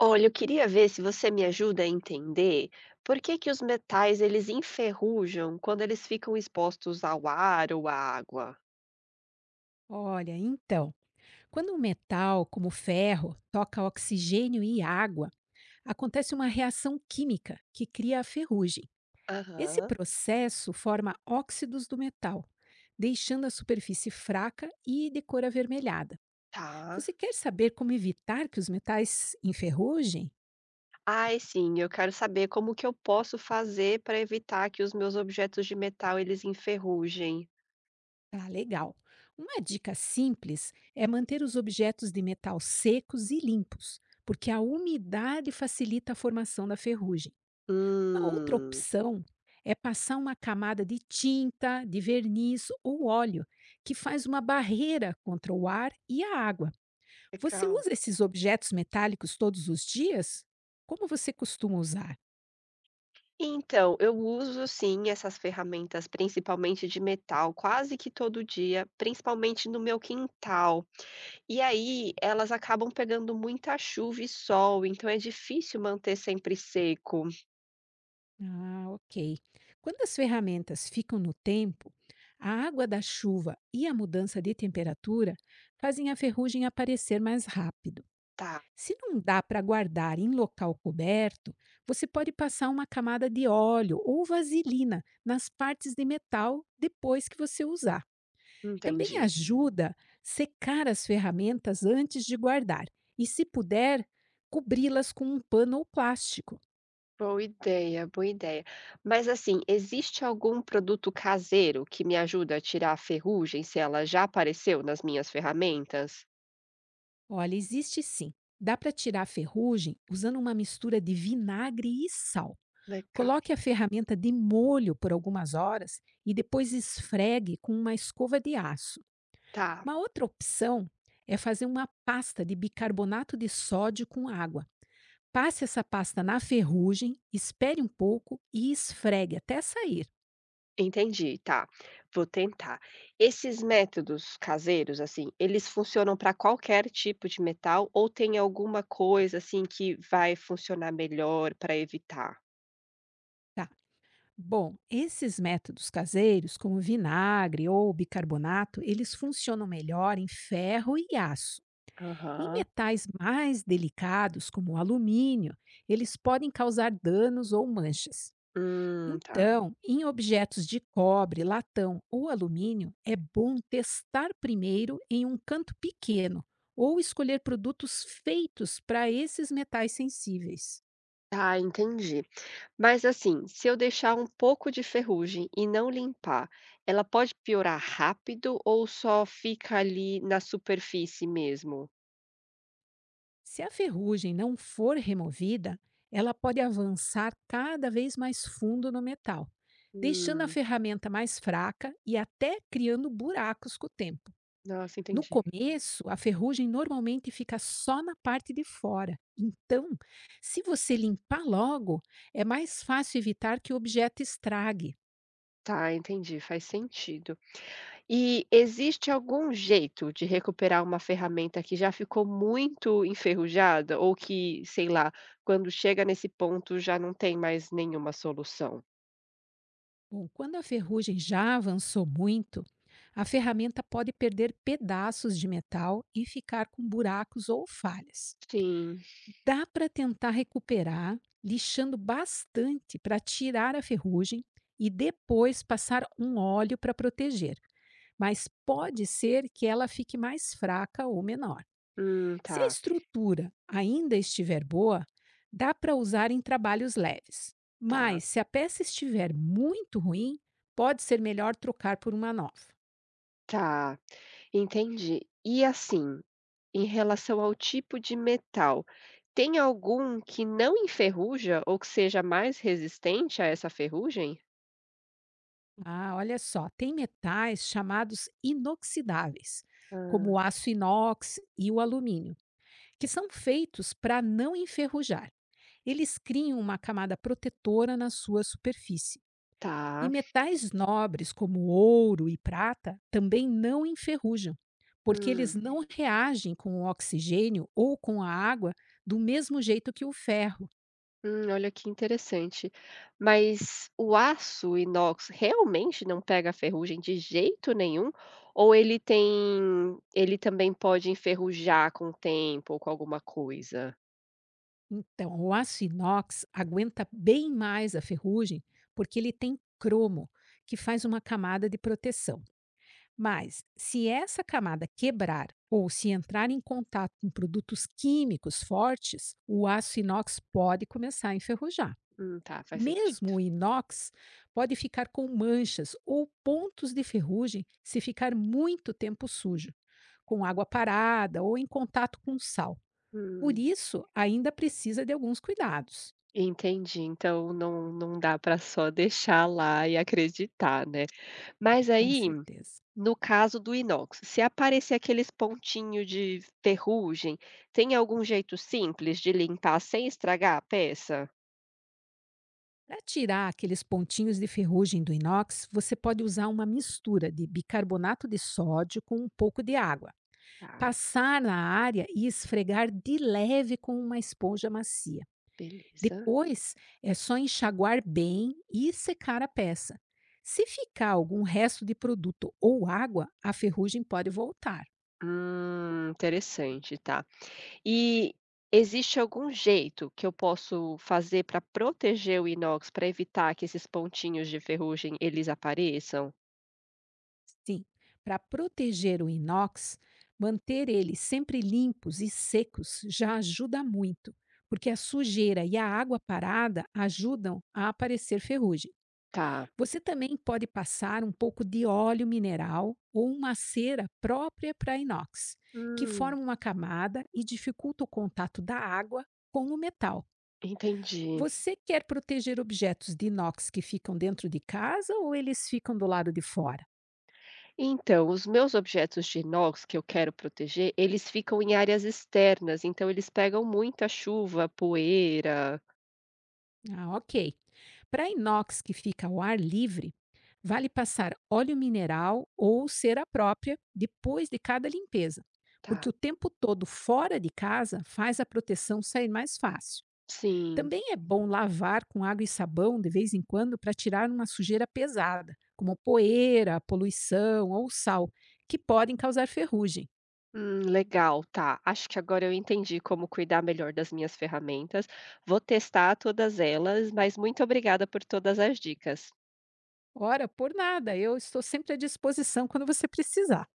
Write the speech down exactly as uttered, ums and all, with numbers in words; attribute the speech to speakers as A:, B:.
A: Olha, eu queria ver se você me ajuda a entender por que que os metais eles enferrujam quando eles ficam expostos ao ar ou à água.
B: Olha, então, quando um metal, como o ferro, toca oxigênio e água, acontece uma reação química que cria a ferrugem. Esse
A: Aham,
B: processo forma óxidos do metal, deixando a superfície fraca e de cor avermelhada.
A: tá.
B: Você quer saber como evitar que os metais enferrujem?
A: Ai, sim, eu quero saber como que eu posso fazer para evitar que os meus objetos de metal eles enferrujem.
B: Ah, legal! Uma dica simples é manter os objetos de metal secos e limpos, porque a umidade facilita a formação da ferrugem. Uma outra
A: Hum,
B: opção é passar uma camada de tinta, de verniz ou óleo, que faz uma barreira contra o ar e a água. Você
A: legal.
B: usa esses objetos metálicos todos os dias? Como você costuma usar?
A: Então, eu uso sim essas ferramentas, principalmente de metal, quase que todo dia, principalmente no meu quintal. E aí elas acabam pegando muita chuva e sol, então é difícil manter sempre seco.
B: Ah, ok. Quando as ferramentas ficam no tempo, a água da chuva e a mudança de temperatura fazem a ferrugem aparecer mais rápido.
A: Tá,
B: Se não dá para guardar em local coberto, você pode passar uma camada de óleo ou vaselina nas partes de metal depois que você usar. Também
A: entendi.
B: ajuda secar as ferramentas antes de guardar e, se puder, cobri-las com um pano ou plástico.
A: Boa ideia, boa ideia. Mas assim, existe algum produto caseiro que me ajuda a tirar a ferrugem se ela já apareceu nas minhas ferramentas?
B: Olha, existe sim. Dá para tirar a ferrugem usando uma mistura de vinagre e sal.
A: Legal.
B: Coloque a ferramenta de molho por algumas horas e depois esfregue com uma escova de aço.
A: Tá,
B: Uma outra opção é fazer uma pasta de bicarbonato de sódio com água. Passe essa pasta na ferrugem, espere um pouco e esfregue até sair.
A: entendi, tá. Vou tentar. Esses métodos caseiros, assim, eles funcionam para qualquer tipo de metal ou tem alguma coisa assim que vai funcionar melhor para evitar?
B: Tá. Bom, esses métodos caseiros, como vinagre ou bicarbonato, eles funcionam melhor em ferro e aço. Em
A: Aham.
B: metais mais delicados, como o alumínio, eles podem causar danos ou manchas.
A: Hum, tá.
B: Então, em objetos de cobre, latão ou alumínio, é bom testar primeiro em um canto pequeno ou escolher produtos feitos para esses metais sensíveis.
A: Tá, entendi. Mas assim, se eu deixar um pouco de ferrugem e não limpar, ela pode piorar rápido ou só fica ali na superfície mesmo?
B: Se a ferrugem não for removida, ela pode avançar cada vez mais fundo no metal, deixando a
A: Hum,
B: ferramenta mais fraca e até criando buracos com o tempo.
A: nossa,
B: No
A: entendi.
B: começo, a ferrugem normalmente fica só na parte de fora. Então, se você limpar logo, é mais fácil evitar que o objeto estrague.
A: Tá, entendi, faz sentido. E existe algum jeito de recuperar uma ferramenta que já ficou muito enferrujada ou que, sei lá, quando chega nesse ponto já não tem mais nenhuma solução?
B: Bom, quando a ferrugem já avançou muito, a ferramenta pode perder pedaços de metal e ficar com buracos ou falhas.
A: Sim.
B: Dá para tentar recuperar, lixando bastante para tirar a ferrugem e depois passar um óleo para proteger, mas pode ser que ela fique mais fraca ou menor.
A: Hum,
B: Se a
A: tá,
B: estrutura ainda estiver boa, dá para usar em trabalhos leves.
A: tá.
B: Mas se a peça estiver muito ruim, pode ser melhor trocar por uma nova.
A: Tá, entendi. E assim, em relação ao tipo de metal, tem algum que não enferruja ou que seja mais resistente a essa ferrugem?
B: Ah, olha só, tem metais chamados inoxidáveis, como
A: Hã,
B: o aço inox e o alumínio, que são feitos para não enferrujar. Eles criam uma camada protetora na sua superfície. E
A: tá.
B: metais nobres, como ouro e prata, também não enferrujam, porque eles
A: Hum,
B: não reagem com o oxigênio ou com a água do mesmo jeito que o ferro.
A: hum, olha que interessante. Mas o aço inox realmente não pega ferrugem de jeito nenhum? Ou ele tem ele também pode enferrujar com o tempo ou com alguma coisa?
B: Então, o aço inox aguenta bem mais a ferrugem, porque ele tem cromo, que faz uma camada de proteção. Mas, se essa camada quebrar ou se entrar em contato com produtos químicos fortes, o aço inox pode começar a enferrujar.
A: Hum, tá, faz sentido.
B: Mesmo o inox pode ficar com manchas ou pontos de ferrugem se ficar muito tempo sujo, com água parada ou em contato com sal. Por
A: Hum.
B: isso, ainda precisa de alguns cuidados,
A: Entendi, então não não dá para só deixar lá e acreditar, né. Mas
B: com
A: aí,
B: certeza.
A: no caso do inox, se aparecer aqueles pontinho de ferrugem, tem algum jeito simples de limpar sem estragar a peça?
B: Para tirar aqueles pontinhos de ferrugem do inox, você pode usar uma mistura de bicarbonato de sódio com um pouco de água,
A: Tá,
B: passar na área e esfregar de leve com uma esponja macia.
A: beleza.
B: Depois, é só enxaguar bem e secar a peça. Se ficar algum resto de produto ou água, a ferrugem pode voltar.
A: Hum, interessante, tá. E existe algum jeito que eu posso fazer para proteger o inox, para evitar que esses pontinhos de ferrugem eles apareçam?
B: Sim, para proteger o inox, manter ele sempre limpos e secos já ajuda muito, porque a sujeira e a água parada ajudam a aparecer ferrugem.
A: Tá,
B: Você também pode passar um pouco de óleo mineral ou uma cera própria para inox, que
A: hum,
B: forma uma camada e dificulta o contato da água com o metal.
A: entendi.
B: Você quer proteger objetos de inox que ficam dentro de casa ou eles ficam do lado de fora?
A: Então, os meus objetos de inox que eu quero proteger, eles ficam em áreas externas, então eles pegam muita chuva, poeira.
B: Ah, ok. Para inox que fica ao ar livre, vale passar óleo mineral ou cera própria depois de cada limpeza, porque o
A: Tá.
B: tempo todo fora de casa faz a proteção sair mais fácil.
A: Sim.
B: Também é bom lavar com água e sabão de vez em quando para tirar uma sujeira pesada, como poeira, poluição ou sal, que podem causar ferrugem.
A: Hum, legal, tá. Acho que agora eu entendi como cuidar melhor das minhas ferramentas. Vou testar todas elas, mas muito obrigada por todas as dicas.
B: Ora, por nada, eu estou sempre à disposição quando você precisar.